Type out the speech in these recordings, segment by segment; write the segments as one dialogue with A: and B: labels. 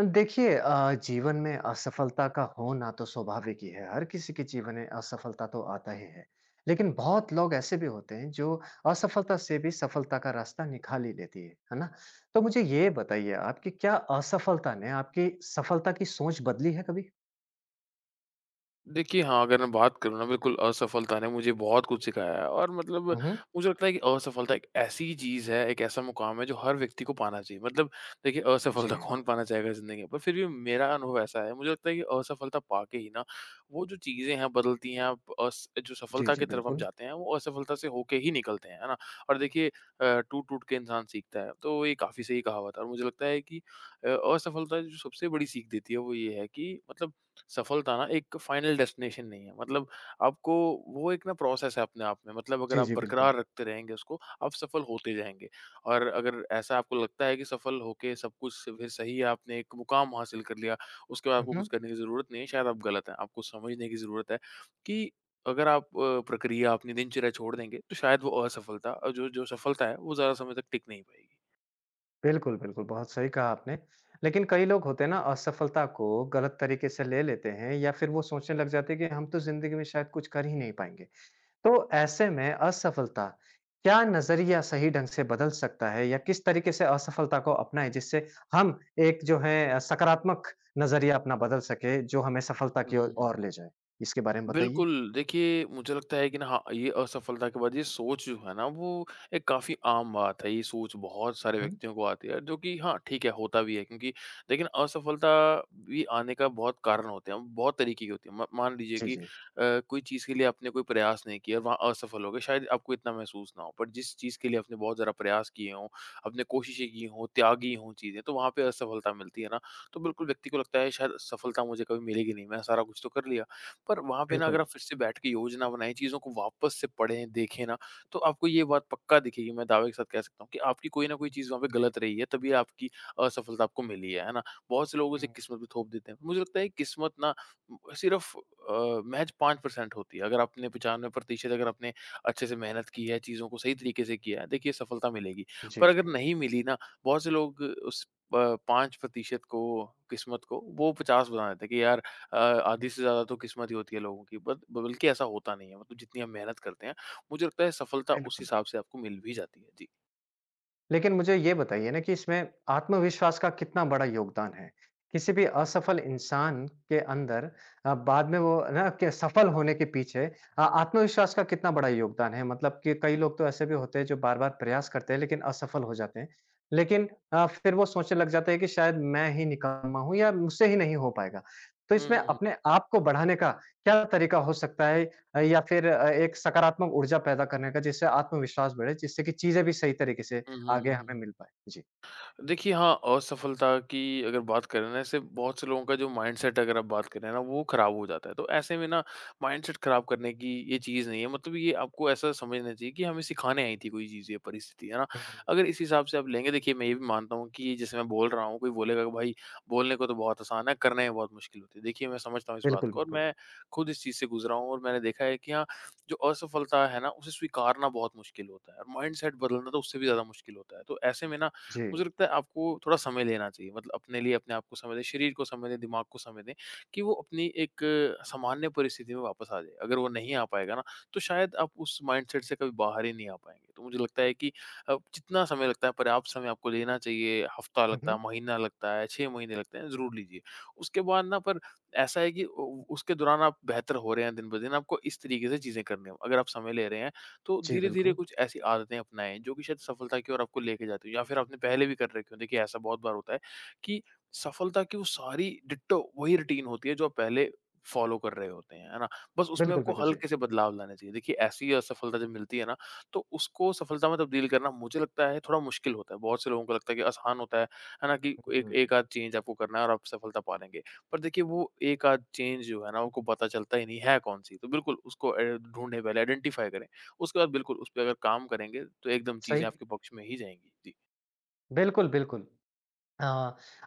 A: देखिए जीवन में असफलता का होना तो स्वाभाविक ही है। हर किसी के जीवन में असफलता तो आता ही है। लेकिन बहुत लोग ऐसे भी होते हैं जो असफलता से भी सफलता का रास्ता निकाल ही लेती है ना? तो मुझे ये बताइए आप कि क्या असफलता ने आपकी सफलता की सोच बदली है कभी?
B: देखिए, हाँ, अगर मैं बात करूँ ना बिल्कुल असफलता ने मुझे बहुत कुछ सिखाया है और मतलब
A: हुँ, हुँ।
B: मुझे लगता है कि असफलता एक ऐसी चीज़ है, एक ऐसा मुकाम है जो हर व्यक्ति को पाना चाहिए। मतलब देखिए असफलता
A: जी।
B: कौन पाना चाहेगा ज़िंदगी में? पर फिर भी मेरा अनुभव ऐसा है, मुझे लगता है कि असफलता पाके ही ना वो जो चीज़ें हैं बदलती हैं, आप अस जो
A: जी,
B: सफलता
A: जी,
B: की तरफ आप
A: बिल्कुल।
B: जाते हैं वो असफलता से होके ही निकलते हैं, है ना? और देखिए टूट-टूट के इंसान सीखता है, तो ये काफ़ी सही कहावत है और मुझे लगता है कि अ, असफलता जो सबसे बड़ी सीख देती है वो ये है कि मतलब सफलता ना एक फाइनल डेस्टिनेशन नहीं है। मतलब आपको वो एक ना प्रोसेस है अपने आप में। मतलब अगर
A: जी,
B: आप
A: जी, बिल्कुल।
B: बरकरार रखते रहेंगे उसको आप सफल होते जाएँगे। और अगर ऐसा आपको लगता है कि सफल होके सब कुछ फिर सही है, आपने एक मुकाम हासिल कर लिया, उसके बाद
A: हुँ,
B: आपको कुछ
A: हुँ।
B: करने की ज़रूरत नहीं है, शायद आप गलत हैं। आपको समझने की ज़रूरत है कि अगर आप प्रक्रिया अपनी दिनचर्या छोड़ देंगे तो शायद वो असफलता, और जो जो सफलता है वो ज़्यादा समय तक टिक नहीं पाएगी।
A: बिल्कुल, बिल्कुल, बहुत सही कहा आपने। लेकिन कई लोग होते हैं ना असफलता को गलत तरीके से ले लेते हैं या फिर वो सोचने लग जाते हैं कि हम तो ज़िंदगी में शायद कुछ कर ही नहीं पाएँगे। तो ऐसे में असफलता क्या नज़रिया सही ढंग से बदल सकता है या किस तरीके से असफलता को अपनाएँ जिससे हम एक जो है सकारात्मक नज़रिया अपना बदल सके जो हमें सफलता
B: हुँ,
A: की ओर
B: हुँ, हुँ।
A: ओर ले जाए? इसके बारे में बताइए।
B: बिल्कुल, देखिए मुझे लगता है कि ना हाँ, ये असफलता के बाद ये सोच जो है ना वो एक काफ़ी आम बात है, ये सोच बहुत सारे
A: हुँ।
B: व्यक्तियों को आती है जो कि हाँ, ठीक है, होता भी है क्योंकि लेकिन असफलता भी आने का बहुत कारण होते हैं, बहुत तरीके की होती है। म मान लीजिए
A: जी,
B: कि
A: जी।
B: कोई चीज़ के लिए आपने कोई प्रयास नहीं किया और वहाँ असफल हो गए, शायद आपको इतना महसूस ना हो, पर जिस चीज़ के लिए आपने बहुत ज़्यादा प्रयास किए हों, आपने कोशिशें की हों, त्यागी हों चीज़ें, तो वहाँ पे असफलता मिलती है ना, तो बिल्कुल व्यक्ति को लगता है शायद सफलता मुझे कभी मिलेगी नहीं, मैं सारा कुछ तो कर लिया। पर वहाँ पे ना अगर
A: बिल्कुल।
B: आप फिर से बैठ के योजना बनाएँ, चीज़ों को वापस से पढ़ें, देखें ना, तो आपको ये बात पक्का दिखेगी। मैं दावे के साथ कह सकता हूँ कि आपकी कोई ना कोई चीज़ वहाँ पे गलत रही है, तभी आपकी असफलता आपको मिली है ना? बहुत से लोग उसे
A: हुँ।
B: किस्मत पे थोप देते हैं। मुझे लगता है किस्मत ना सिर्फ़ महज़ 5% होती है। अगर आपने 95% अगर आपने अच्छे से मेहनत की है, चीज़ों को सही तरीके से किया है, देखिए सफलता मिलेगी।
A: जी,
B: पर अगर
A: जी।
B: नहीं मिली ना, बहुत से लोग उस प 5% को, किस्मत को, वो 50 बना देते हैं कि यार आधी से ज़्यादा तो किस्मत ही होती है लोगों की। बट बल्कि ऐसा होता नहीं है। मतलब जितनी आप मेहनत करते हैं मुझे लगता है सफलता उस
A: बिल्कुल।
B: हिसाब से आपको मिल भी जाती है। जी।
A: लेकिन मुझे ये बताइए ना कि इसमें आत्मविश्वास का कितना बड़ा योगदान है? किसी भी असफल इंसान के अंदर बाद में वो ना के सफल होने के पीछे आत्मविश्वास का कितना बड़ा योगदान है? मतलब कि कई लोग तो ऐसे भी होते हैं जो बार-बार प्रयास करते हैं लेकिन असफल हो जाते हैं। लेकिन फिर वो सोचने लग जाते हैं कि शायद मैं ही निकम्मा हूँ या मुझसे ही नहीं हो पाएगा। तो
B: हम्म,
A: इसमें
B: हम्म,
A: अपने आप को बढ़ाने का क्या तरीका हो सकता है? या फिर एक सकारात्मक ऊर्जा पैदा करने का जिससे आत्मविश्वास बढ़े, जिससे कि चीज़ें भी सही तरीके से
B: हम्म, हम्म,
A: आगे
B: हम्म, हम्म।
A: हमें मिल पाए। जी।
B: देखिए हाँ, असफलता की अगर बात करें ना, ऐसे बहुत से लोगों का जो माइंडसेट अगर आप बात करें ना वो खराब हो जाता है। तो ऐसे में ना माइंडसेट खराब करने की ये चीज़ नहीं है। मतलब ये आपको ऐसा समझना चाहिए कि हमें सिखाने आई थी कोई चीज़ ये परिस्थिति, है ना?
A: हुँ,
B: अगर इस हिसाब से आप लेंगे देखिए, मैं ये भी मानता हूँ कि जैसे मैं बोल रहा हूँ, कोई बोलेगा कि भाई बोलने को तो बहुत आसान है, करने में बहुत मुश्किल होती है। देखिए मैं समझता हूँ इस बात
A: बिल्कुल,
B: को, और
A: बिल्कुल।
B: मैं खुद इस चीज़ से गुज़रा हूँ और मैंने देखा है कि हाँ, जो असफलता है ना उसे स्वीकारना बहुत मुश्किल होता है, और माइंडसेट बदलना तो उससे भी ज़्यादा मुश्किल होता है। तो ऐसे में ना
A: जी।
B: मुझे लगता है आपको थोड़ा समय लेना चाहिए। मतलब अपने लिए अपने आप को समय दें, शरीर को समय दें, दिमाग को समय दें कि वो अपनी एक सामान्य परिस्थिति में वापस आ जाए। अगर वो नहीं आ पाएगा ना, तो शायद आप उस माइंडसेट से कभी बाहर ही नहीं आ पाएँगे। तो मुझे लगता है कि जितना समय लगता है पर्याप्त समय आपको लेना चाहिए। हफ्ता
A: हुँ,
B: लगता है,
A: हुँ।
B: महीना लगता है, 6 महीने लगते हैं, ज़रूर लीजिए। उसके बाद ना पर ऐसा है कि उ उसके दौरान आप बेहतर हो रहे हैं दिन-ब-दिन, आपको इस तरीके से चीज़ें करनी हो। अगर आप समय ले रहे हैं तो
A: जी,
B: धीरे-धीरे
A: बिल्कुल।
B: कुछ ऐसी आदतें अपनाएँ जो कि शायद सफलता की ओर आपको लेके जाती हो या फिर आपने पहले भी कर रखी हो। देखिए ऐसा बहुत बार होता है कि सफलता की वो सारी डिट्टो वही रूटीन होती है जो आप पहले फॉलो कर रहे होते हैं, है ना? बस उसमें
A: बिल्कुल,
B: आपको
A: बिल्कुल, जी।
B: हल्के से बदलाव लाने चाहिए। देखिए ऐसी असफलता जब मिलती है ना, तो उसको सफलता में तब्दील करना मुझे लगता है थोड़ा मुश्किल होता है। बहुत से लोगों को लगता है कि आसान होता है ना? कि एक
A: हुँ,
B: एक आध चेंज आपको करना है और आप सफलता पा लेंगे। पर देखिए वो एक आध चेंज जो है ना, आपको पता चलता ही नहीं है कौन-सी। तो बिल्कुल उसको ए ढूँढें, पहले आइडेंटिफ़ाई करें। उसके बाद बिल्कुल उस पे अगर काम करेंगे, तो एकदम
A: सही।
B: चीज़ें आपके पक्ष में ही जाएँगी। जी।
A: बिल्कुल, बिल्कुल। अ,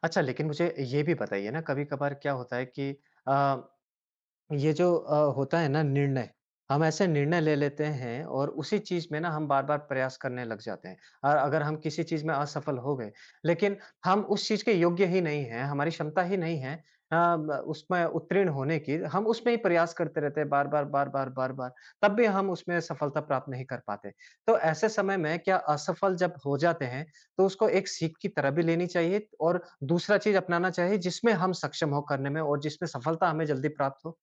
A: अच्छा लेकिन मुझे ये भी बताइए ना कभी-कभार क्या होता है कि अ ये जो होता है ना निर्णय, हम ऐसे निर्णय ले लेते हैं और उसी चीज़ में ना हम बार-बार प्रयास करने लग जाते हैं। अगर हम किसी चीज़ में असफल हो गए, लेकिन हम उस चीज़ के योग्य ही नहीं हैं, हमारी क्षमता ही नहीं है अ, ब उसमें उत्तीर्ण होने की, हम उसमें ही प्रयास करते रहते हैं बार-बार, बार-बार, बार-बार, तब भी हम उसमें सफलता प्राप्त नहीं कर पाते। तो ऐसे समय में क्या असफल जब हो जाते हैं, तो उसको एक सीख की तरह भी लेनी चाहिए और दूसरा चीज़ अपनाना चाहिए जिसमें हम सक्षम हो करने में और जिसमें सफलता हमें जल्दी प्राप्त हो।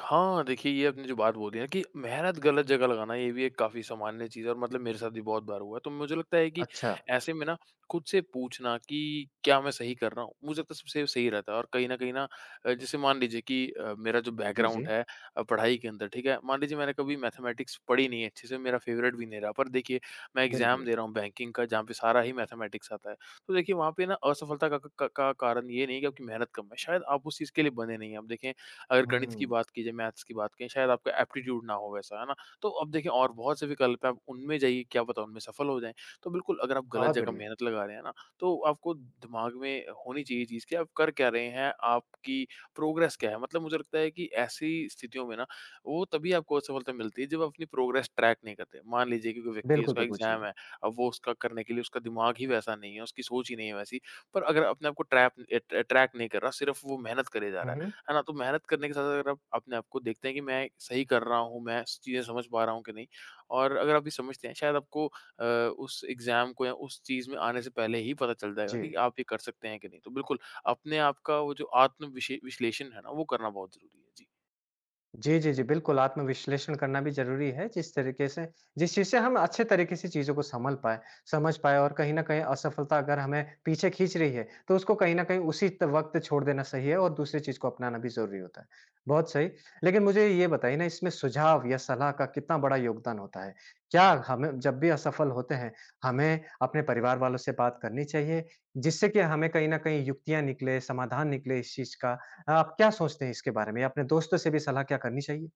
B: हाँ, देखिए ये आपने जो बात बोली ना कि मेहनत गलत जगह लगाना, ये भी एक काफ़ी सामान्य चीज़ है और मतलब मेरे साथ भी बहुत बार हुआ है। तो मुझे लगता है कि
A: अच्छा,
B: ऐसे में ना खुद से पूछना कि क्या मैं सही कर रहा हूँ, मुझे लगता है सबसे सही रहता है। और कहीं न कहीं ना जैसे मान लीजिए कि मेरा जो
A: जी, जी,
B: बैकग्राउंड है पढ़ाई के अंदर, ठीक है? मान लीजिए मैंने कभी मैथमेटिक्स पढ़ी नहीं है अच्छे से, मेरा फ़ेवरेट भी नहीं रहा। पर देखिए मैं एग्ज़ाम
A: बिल्कुल।
B: दे रहा हूँ बैंकिंग का जहाँ पे सारा ही मैथमेटिक्स आता है। तो देखिए वहाँ पे ना असफलता का क का कारण ये नहीं कि आपकी मेहनत कम है, शायद आप उस चीज़ के लिए बने नहीं हैं। आप देखें, अगर गणित की
A: हुँ,
B: बात की जाए, मैथ्स की बात करें, शायद आपका एप्टीट्यूड ना हो वैसा, है ना? तो अब देखिए और बहुत से विकल्प हैं, आप उनमें जाइए, क्या पता उनमें सफल हो जाएँ। तो बिल्कुल अगर आप गलत
A: बहुत
B: जगह
A: बढ़िया।
B: मेहनत लगा रहे हैं ना, तो आपको दिमाग में होनी चाहिए ये चीज़ कि आप कर क्या रहे हैं, आपकी प्रोग्रेस क्या है? मतलब मुझे लगता है कि ऐसी स्थितियों में ना, वो तभी आपको असफलता मिलती है जब आप अपनी प्रोग्रेस ट्रैक नहीं करते। मान लीजिए कि कोई व्यक्ति है,
A: बिल्कुल,
B: उसका
A: बिल्कुल, जी।
B: एग्ज़ाम है, अब वो उसका करने के लिए उसका दिमाग ही वैसा नहीं है, उसकी सोच ही नहीं है वैसी। पर अगर अपने आप को ट्रैक नहीं कर रहा, सिर्फ़ वो मेहनत करे जा
A: हुँ,
B: रहा
A: हुँ,
B: है ना? तो मेहनत करने के साथ-साथ अगर आप अपने आप को देखते हैं कि मैं सही कर रहा हूँ, मैं स चीज़ें समझ पा रहा हूँ कि नहीं, और अगर आप ये समझते हैं, शायद आपको उस एग्ज़ाम को या उस चीज़ में आने से पहले ही पता चल जाएगा
A: जी।
B: कि आप ये कर सकते हैं कि नहीं। तो बिल्कुल, अपने आप का वो जो आत्म विशे विश्लेषण है ना, वो करना बहुत ज़रूरी है। जी।
A: जी, जी, जी। बिल्कुल, आत्मविश्लेषण करना भी ज़रूरी है, जिस तरीके से जिस चीज़ से हम अच्छे तरीके से चीज़ों को संभल पाएँ, समझ पाएँ और कहीं न कहीं असफलता अगर हमें पीछे खींच रही है, तो उसको कहीं न कहीं उसी त वक़्त छोड़ देना सही है और दूसरी चीज़ को अपनाना भी ज़रूरी होता है। बहुत सही, लेकिन मुझे ये बताइए ना, इसमें सुझाव या सलाह का कितना बड़ा योगदान होता है? क्या हमें जब भी असफल होते हैं, हमें अपने परिवार वालों से बात करनी चाहिए, जिससे कि हमें कहीं न कहीं युक्तियाँ निकले, समाधान निकले इस चीज़ का? आप क्या सोचते हैं इसके बारे में? अपने दोस्तों से भी सलाह क्या करनी चाहिए?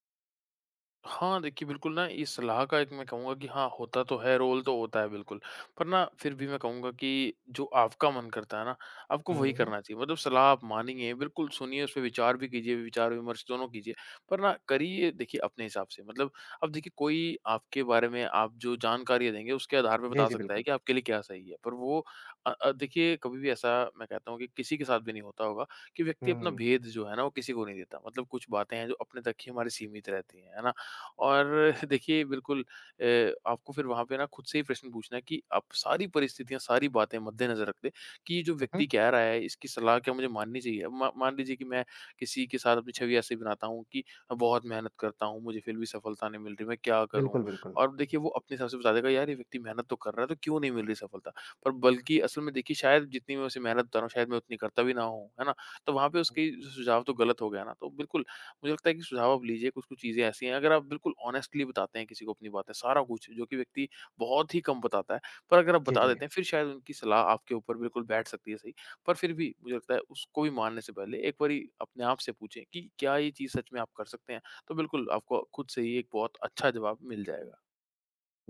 B: हाँ, देखिए बिल्कुल ना, इस सलाह का, एक मैं कहूँगा कि हाँ, होता तो है, रोल तो होता है बिल्कुल। पर ना फिर भी मैं कहूँगा कि जो आपका मन करता है ना, आपको वही
A: हुँ, हुँ।
B: करना चाहिए। मतलब सलाह आप मानिए, बिल्कुल सुनिए, उस पे विचार भी कीजिए, विचार-विमर्श दोनों कीजिए। पर ना करिए देखिए अपने हिसाब से। मतलब अब देखिए, कोई आपके बारे में आप जो जानकारियाँ देंगे उसके आधार पे
A: जी,
B: बता
A: जी,
B: सकता है
A: बिल्कुल।
B: कि आपके लिए क्या सही है। पर वो देखिए कभी भी ऐसा मैं कहता हूँ कि किसी के साथ भी नहीं होता होगा कि व्यक्ति अपना
A: हुँ।
B: भेद जो है ना वो किसी को नहीं देता। मतलब कुछ बातें हैं जो अपने तक ही हमारी सीमित रहती हैं, है ना? और देखिए बिल्कुल आपको फिर वहाँ पे ना खुद से ही प्रश्न पूछना है कि आप सारी परिस्थितियाँ, सारी बातें मद्देनज़र रखते कि ये जो
A: हुँ,
B: व्यक्ति
A: हुँ।
B: कह रहा है, इसकी सलाह क्या मुझे माननी चाहिए? अब मा मान लीजिए कि मैं किसी के साथ अपनी छवि ऐसे बनाता हूँ कि बहुत मेहनत करता हूँ, मुझे फिर भी सफलता नहीं मिल रही, मैं क्या करूँ?
A: बिल्कुल, बिल्कुल।
B: और देखिए वो अपने हिसाब से बता देगा, यार ये व्यक्ति मेहनत तो कर रहा है, तो क्यों नहीं मिल रही सफलता? पर बल्कि असल में देखिए शायद जितनी मैं उसे मेहनत बता रहा हूँ, शायद मैं उतनी करता भी ना हूँ, है ना? तो वहाँ पे उसके सुझाव तो गलत हो गया ना, तो बिल्कुल मुझे लगता है कि सुझाव आप लीजिए। कुछ-कुछ चीज़ें ऐसी हैं, अगर आप बिल्कुल ऑनेस्टली बताते हैं किसी को अपनी बातें, सारा कुछ, जो कि व्यक्ति बहुत ही कम बताता है। पर अगर आप
A: जी,
B: बता
A: जी।
B: देते हैं, फिर शायद उनकी सलाह आपके ऊपर बिल्कुल बैठ सकती है सही। पर फिर भी मुझे लगता है उसको भी मानने से पहले एक बारी अपने आप से पूछें कि क्या ये चीज़ सच में आप कर सकते हैं? तो बिल्कुल आपको खुद से ही एक बहुत अच्छा जवाब मिल जाएगा।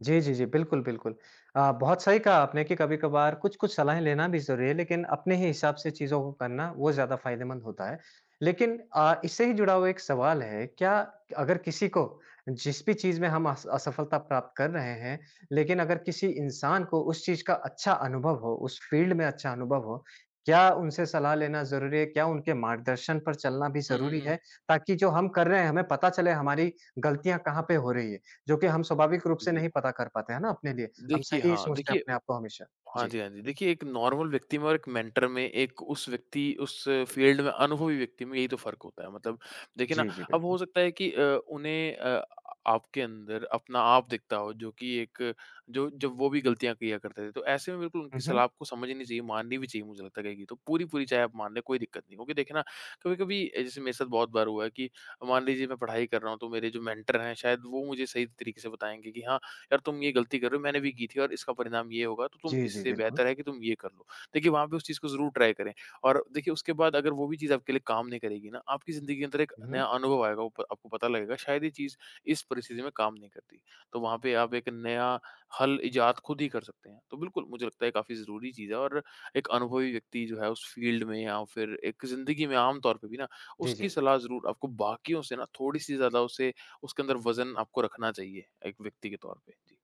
A: जी, जी, जी। बिल्कुल, बिल्कुल। बहुत सही कहा आपने कि कभी-कभार कुछ-कुछ सलाहें लेना भी ज़रूरी है, लेकिन अपने ही हिसाब से चीज़ों को करना वो ज़्यादा फ़ायदेमंद होता है। लेकिन इससे ही जुड़ा हुआ एक सवाल है, क्या अगर किसी को जिस भी चीज़ में हम अस असफलता प्राप्त कर रहे हैं, लेकिन अगर किसी इंसान को उस चीज़ का अच्छा अनुभव हो, उस फ़ील्ड में अच्छा अनुभव हो, क्या उनसे सलाह लेना ज़रूरी है? क्या उनके मार्गदर्शन पर चलना भी
B: हुँ, हुँ,
A: ज़रूरी
B: हुँ।
A: है? ताकि जो हम कर रहे हैं, हमें पता चले हमारी गलतियाँ कहाँ पे हो रही है। जो कि हम स्वाभाविक रूप से
B: जी।
A: नहीं पता कर पाते हैं ना अपने लिए। हम
B: देखिए
A: सही
B: हाँ,
A: सोचते हैं
B: देखिए।
A: अपने आप को हमेशा।
B: हाँ
A: जी।
B: जी, हाँ जी। देखिए एक नॉर्मल व्यक्ति में और एक मेंटर में एक उस व्यक्ति उस फ़ील्ड में अनुभवी व्यक्ति में यही तो फ़र्क होता है। मतलब देखिए ना,
A: जी, जी,
B: अब हो
A: बिल्कुल।
B: सकता है कि उन्हें आपके अंदर अपना आप दिखता हो, जो कि एक जो जब वो भी गलतियाँ किया करते थे। तो ऐसे में बिल्कुल उनकी
A: हुँ, हुँ।
B: सलाह आपको समझनी चाहिए, माननी भी चाहिए मुझे लगता है। कहीं की तो पूरी-पूरी चाहे आप मान लें कोई दिक्कत नहीं। क्योंकि देखिए ना, कभी-कभी जैसे मेरे साथ बहुत बार हुआ है कि मान लीजिए मैं पढ़ाई कर रहा हूँ तो मेरे जो मेंटर हैं शायद वो मुझे सही तरीके से बताएँगे कि हाँ, यार तुम ये गलती कर रहे हो, मैंने भी की थी और इसका परिणाम ये होगा, तो तुम
A: जी, जी,
B: इससे
A: बिल्कुल।
B: बेहतर है कि तुम ये कर लो। देखिए वहाँ पे उस चीज़ को ज़रूर ट्राई करें और देखिए उसके बाद अगर वो भी चीज़ आपके लिए काम नहीं करेगी ना, आपकी ज़िंदगी के अंदर एक
A: हुँ,
B: नया
A: हुँ।
B: अनुभव आएगा, वो प आपको पता लगेगा शायद ये चीज़ इस परिस्थिति में काम नहीं करती। तो वहाँ पे आप एक नया हल इजाद खुद ही कर सकते हैं। तो बिल्कुल मुझे लगता है काफ़ी ज़रूरी चीज़ है। और एक अनुभवी व्यक्ति जो है उस फ़ील्ड में या फिर एक ज़िंदगी में आम तौर पे भी ना,
A: जी,
B: उसकी
A: जी।
B: सलाह ज़रूर आपको बाकियों से ना थोड़ी-सी ज़्यादा उसे उसके अंदर वज़न आपको रखना चाहिए, एक व्यक्ति के तौर पे। जी।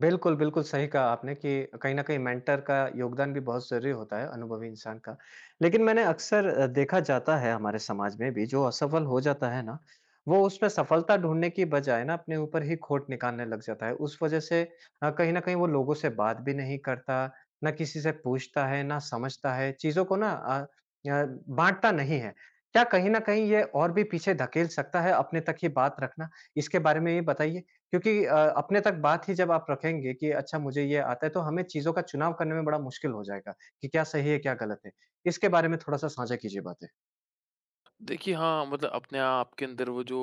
A: बिल्कुल, बिल्कुल सही कहा आपने कि कहीं न कहीं मेंटर का योगदान भी बहुत ज़रूरी होता है, अनुभवी इंसान का। लेकिन मैंने अक्सर देखा जाता है हमारे समाज में भी जो असफल हो जाता है ना, वो उसमें सफलता ढूँढने की बजाय ना अपने ऊपर ही खोट निकालने लग जाता है। उस वज़ह से कहीं न कहीं वो लोगों से बात भी नहीं करता, ना किसी से पूछता है, ना समझता है, चीज़ों को ना अ, बाँटता नहीं है। क्या कहीं न कहीं ये और भी पीछे धकेल सकता है अपने तक ही बात रखना? इसके बारे में ये बताइए। क्योंकि अपने तक बात ही जब आप रखेंगे कि अच्छा मुझे ये आता है, तो हमें चीज़ों का चुनाव करने में बड़ा मुश्किल हो जाएगा कि क्या सही है, क्या गलत है। इसके बारे में थोड़ा-सा साझा कीजिए बातें।
B: देखिए हाँ, मतलब अपने आप के अंदर वो जो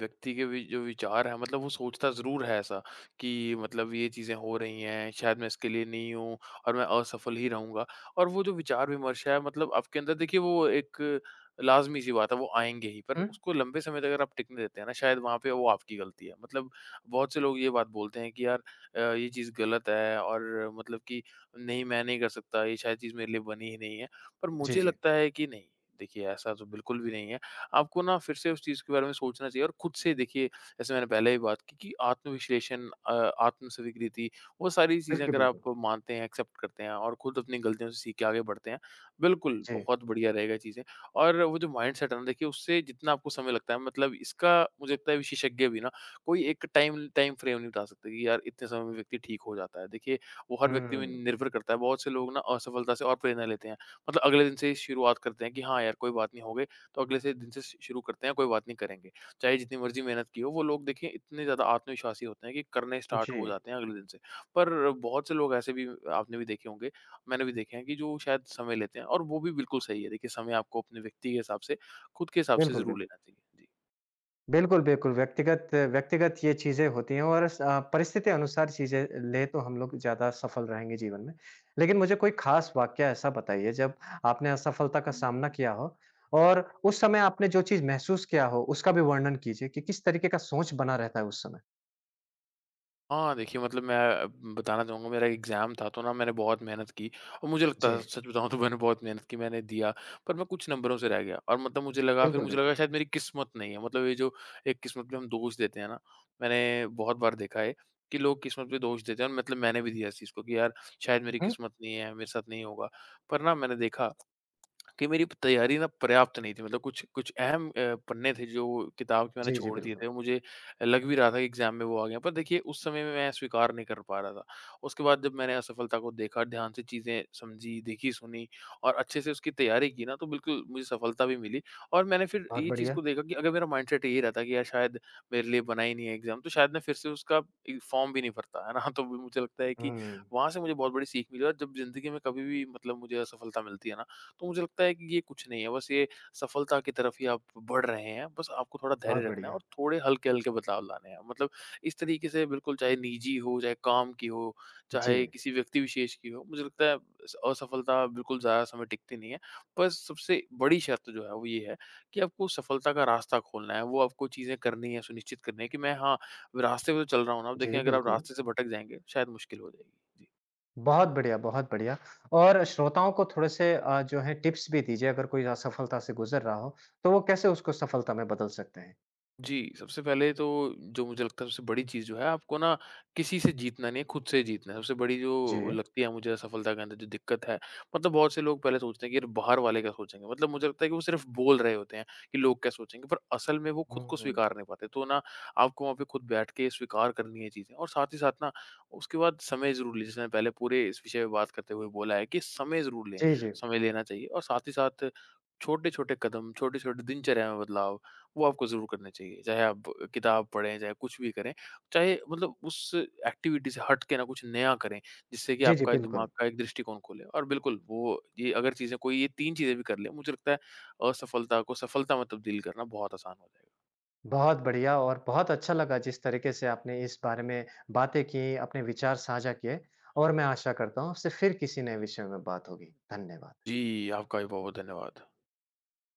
B: व्यक्ति के वि जो विचार हैं, मतलब वो सोचता ज़रूर है ऐसा कि मतलब ये चीज़ें हो रही हैं, शायद मैं इसके लिए नहीं हूँ और मैं असफल ही रहूँगा। और वो जो विचार-विमर्श है मतलब आपके अंदर, देखिए वो एक लाज़मी-सी बात है, वो आएँगे ही पर
A: हुँ?
B: उसको लंबे समय तक अगर आप टिकने देते हैं ना, शायद वहाँ पे वो आपकी गलती है। मतलब बहुत से लोग ये बात बोलते हैं कि यार ये चीज़ गलत है और मतलब कि नहीं मैं नहीं कर सकता, ये शायद चीज़ मेरे लिए बनी ही नहीं है। पर
A: जी,
B: मुझे
A: जी।
B: लगता है कि नहीं, देखिए ऐसा तो बिल्कुल भी नहीं है। आपको ना फिर से उस चीज़ के बारे में सोचना चाहिए और खुद से देखिए, जैसे मैंने पहले भी बात की कि आत्मविश्लेषण, आत्म-स्वीकृति, वो सारी चीज़ें
A: बिल्कुल,
B: अगर
A: बिल्कुल।
B: आप मानते हैं, एक्सेप्ट करते हैं और खुद अपनी गलतियों से सीख के आगे बढ़ते हैं, बिल्कुल
A: जी।
B: बहुत बढ़िया रहेगा चीज़ें। और वो जो माइंडसेट है ना, देखिए उससे जितना आपको समय लगता है, मतलब इसका मुझे लगता है विशेषज्ञ भी ना कोई एक टाइम टाइम फ्रेम नहीं बता सकते कि यार इतने समय में व्यक्ति ठीक हो जाता है। देखिए, वो हर व्यक्ति में
A: हुँ।
B: निर्भर करता है। बहुत से लोग ना असफलता से और प्रेरणा लेते हैं। मतलब अगले दिन से ही शुरुआत करते हैं कि हाँ यार कोई बात नहीं, हो गए, तो अगले से दिन से श शुरू करते हैं, कोई बात नहीं करेंगे। चाहे जितनी मर्ज़ी मेहनत की हो, वो लोग देखिए इतने ज़्यादा आत्मविश्वासी होते हैं कि करने स्टार्ट
A: जी।
B: हो जाते हैं अगले दिन से। पर बहुत से लोग ऐसे भी आपने भी देखे होंगे, मैंने भी देखे हैं कि जो शायद समय लेते हैं और वो भी बिल्कुल सही है। देखिए समय आपको अपने व्यक्ति के हिसाब से, खुद के हिसाब से
A: बिल्कुल,
B: ज़रूर
A: बिल्कुल।
B: लेना चाहिए। जी।
A: बिल्कुल, बिल्कुल। व्यक्तिगत व्यक्तिगत ये चीज़ें होती हैं और परिस्थिति अनुसार चीज़ें लें तो हम लोग ज़्यादा सफल रहेंगे जीवन में। लेकिन मुझे कोई ख़ास वाक़या ऐसा बताइए जब आपने असफलता का सामना किया हो और उस समय आपने जो चीज़ महसूस किया हो उसका भी वर्णन कीजिए कि किस तरीके का सोच बना रहता है उस समय?
B: हाँ, देखिए मतलब मैं बताना चाहूँगा मेरा एग्ज़ाम था तो ना मैंने बहुत मेहनत की और मुझे लगता
A: जी।
B: था, सच बताऊँ तो मैंने बहुत मेहनत की, मैंने दिया पर मैं कुछ नंबरों से रह गया। और मतलब
A: बिल्कुल,
B: मुझे
A: बिल्कुल।
B: लगा शायद मेरी किस्मत नहीं है। मतलब ये जो एक किस्मत पे हम दोष देते हैं ना, मैंने बहुत बार देखा है कि लोग किस्मत पे दोष देते हैं और मतलब मैंने भी दिया इस चीज़ को कि यार शायद मेरी
A: हुँ, हुँ।
B: किस्मत नहीं है, मेरे साथ नहीं होगा। पर ना मैंने देखा कि मेरी तैयारी ना पर्याप्त नहीं थी, मतलब कुछ कुछ अहम पन्ने थे जो किताब के मैंने
A: जी, जी,
B: छोड़ दिए
A: बिल्कुल।
B: थे, मुझे लग भी रहा था कि एग्ज़ाम में वो आ गए हैं, पर देखिए उस समय में मैं स्वीकार नहीं कर पा रहा था। उसके बाद जब मैंने असफलता को देखा, ध्यान से चीज़ें समझी, देखी, सुनी और अच्छे से उसकी तैयारी की ना, तो बिल्कुल मुझे सफलता भी मिली। और मैंने फिर
A: बहुत
B: ये चीज़
A: बढ़िया।
B: को देखा कि अगर मेरा माइंडसेट यही रहता कि यार शायद मेरे लिए बना ही नहीं है एग्ज़ाम, तो शायद मैं फिर से उसका फॉर्म भी नहीं भरता, है ना? तो मुझे लगता है कि
A: हुँ,
B: वहाँ से मुझे बहुत बड़ी सीख मिली। और जब ज़िंदगी में कभी भी मतलब मुझे असफलता मिलती है ना, तो मुझे लगता है कि ये कुछ नहीं है, बस ये सफलता की तरफ ही आप बढ़ रहे हैं। बस आपको थोड़ा
A: बहुत
B: धैर्य रखना है
A: बढ़िया।
B: और थोड़े हल्के-हल्के बदलाव लाने हैं। मतलब इस तरीके से, बिल्कुल, चाहे निजी हो, चाहे काम की हो, चाहे
A: जी,
B: किसी व्यक्ति विशेष की हो, मुझे लगता है स असफलता बिल्कुल ज़्यादा समय टिकती नहीं है। बस सबसे बड़ी शर्त जो है वो ये है कि आपको सफलता का रास्ता खोलना है, वो आपको चीज़ें करनी है, सुनिश्चित करनी है कि मैं हाँ, रास्ते पे तो चल रहा हूँ ना। अब
A: जी,
B: देखिए अगर आप
A: बिल्कुल।
B: रास्ते से भटक जाएँगे, शायद मुश्किल हो जाएगी। जी।
A: बहुत बढ़िया, बहुत बढ़िया। और श्रोताओं को थोड़े-से जो है टिप्स भी दीजिए अगर कोई असफलता से गुज़र रहा हो, तो वो कैसे उसको सफलता में बदल सकते हैं?
B: जी, सबसे पहले तो जो मुझे लगता है सबसे बड़ी चीज़ जो है आपको ना, किसी से जीतना नहीं है, खुद से जीतना है। सबसे बड़ी जो
A: जी।
B: लगती है मुझे असफलता के अंदर जो दिक्कत है, मतलब बहुत से लोग पहले सोचते हैं कि यार बाहर वाले क्या सोचेंगे? मतलब मुझे लगता है कि वो सिर्फ़ बोल रहे होते हैं कि लोग क्या सोचेंगे? पर असल में वो खुद को
A: हुँ।
B: स्वीकार नहीं पाते। तो ना आपको वहाँ पे खुद बैठ के स्वीकार करनी है चीज़ें और साथ ही साथ ना उसके बाद समय ज़रूर लीजिए। जैसे मैंने पहले पूरे इस विषय पे बात करते हुए बोला है कि समय ज़रूर लें,
A: जी, जी।
B: समय लेना चाहिए और साथ ही साथ छोटे-छोटे कदम, छोटे-छोटे दिनचर्या में बदलाव वो आपको ज़रूर करने चाहिए। चाहे आप किताब पढ़ें, चाहे कुछ भी करें, चाहे मतलब उस एक्टिविटी से हट के ना कुछ नया करें, जिससे कि
A: जी, जी,
B: आपका दिमाग
A: बिल्कुल।
B: का एक दृष्टिकोण खुले। और बिल्कुल वो ये अगर चीज़ें कोई ये 3 चीज़ें भी कर लें, मुझे लगता है असफलता को सफलता में तब्दील करना बहुत आसान हो जाएगा।
A: बहुत बढ़िया और बहुत अच्छा लगा जिस तरीके से आपने इस बारे में बातें की, अपने विचार साझा किए और मैं आशा करता हूँ आपसे फिर किसी नए विषय में बात होगी। धन्यवाद।
B: जी, आपका भी बहुत-बहुत धन्यवाद।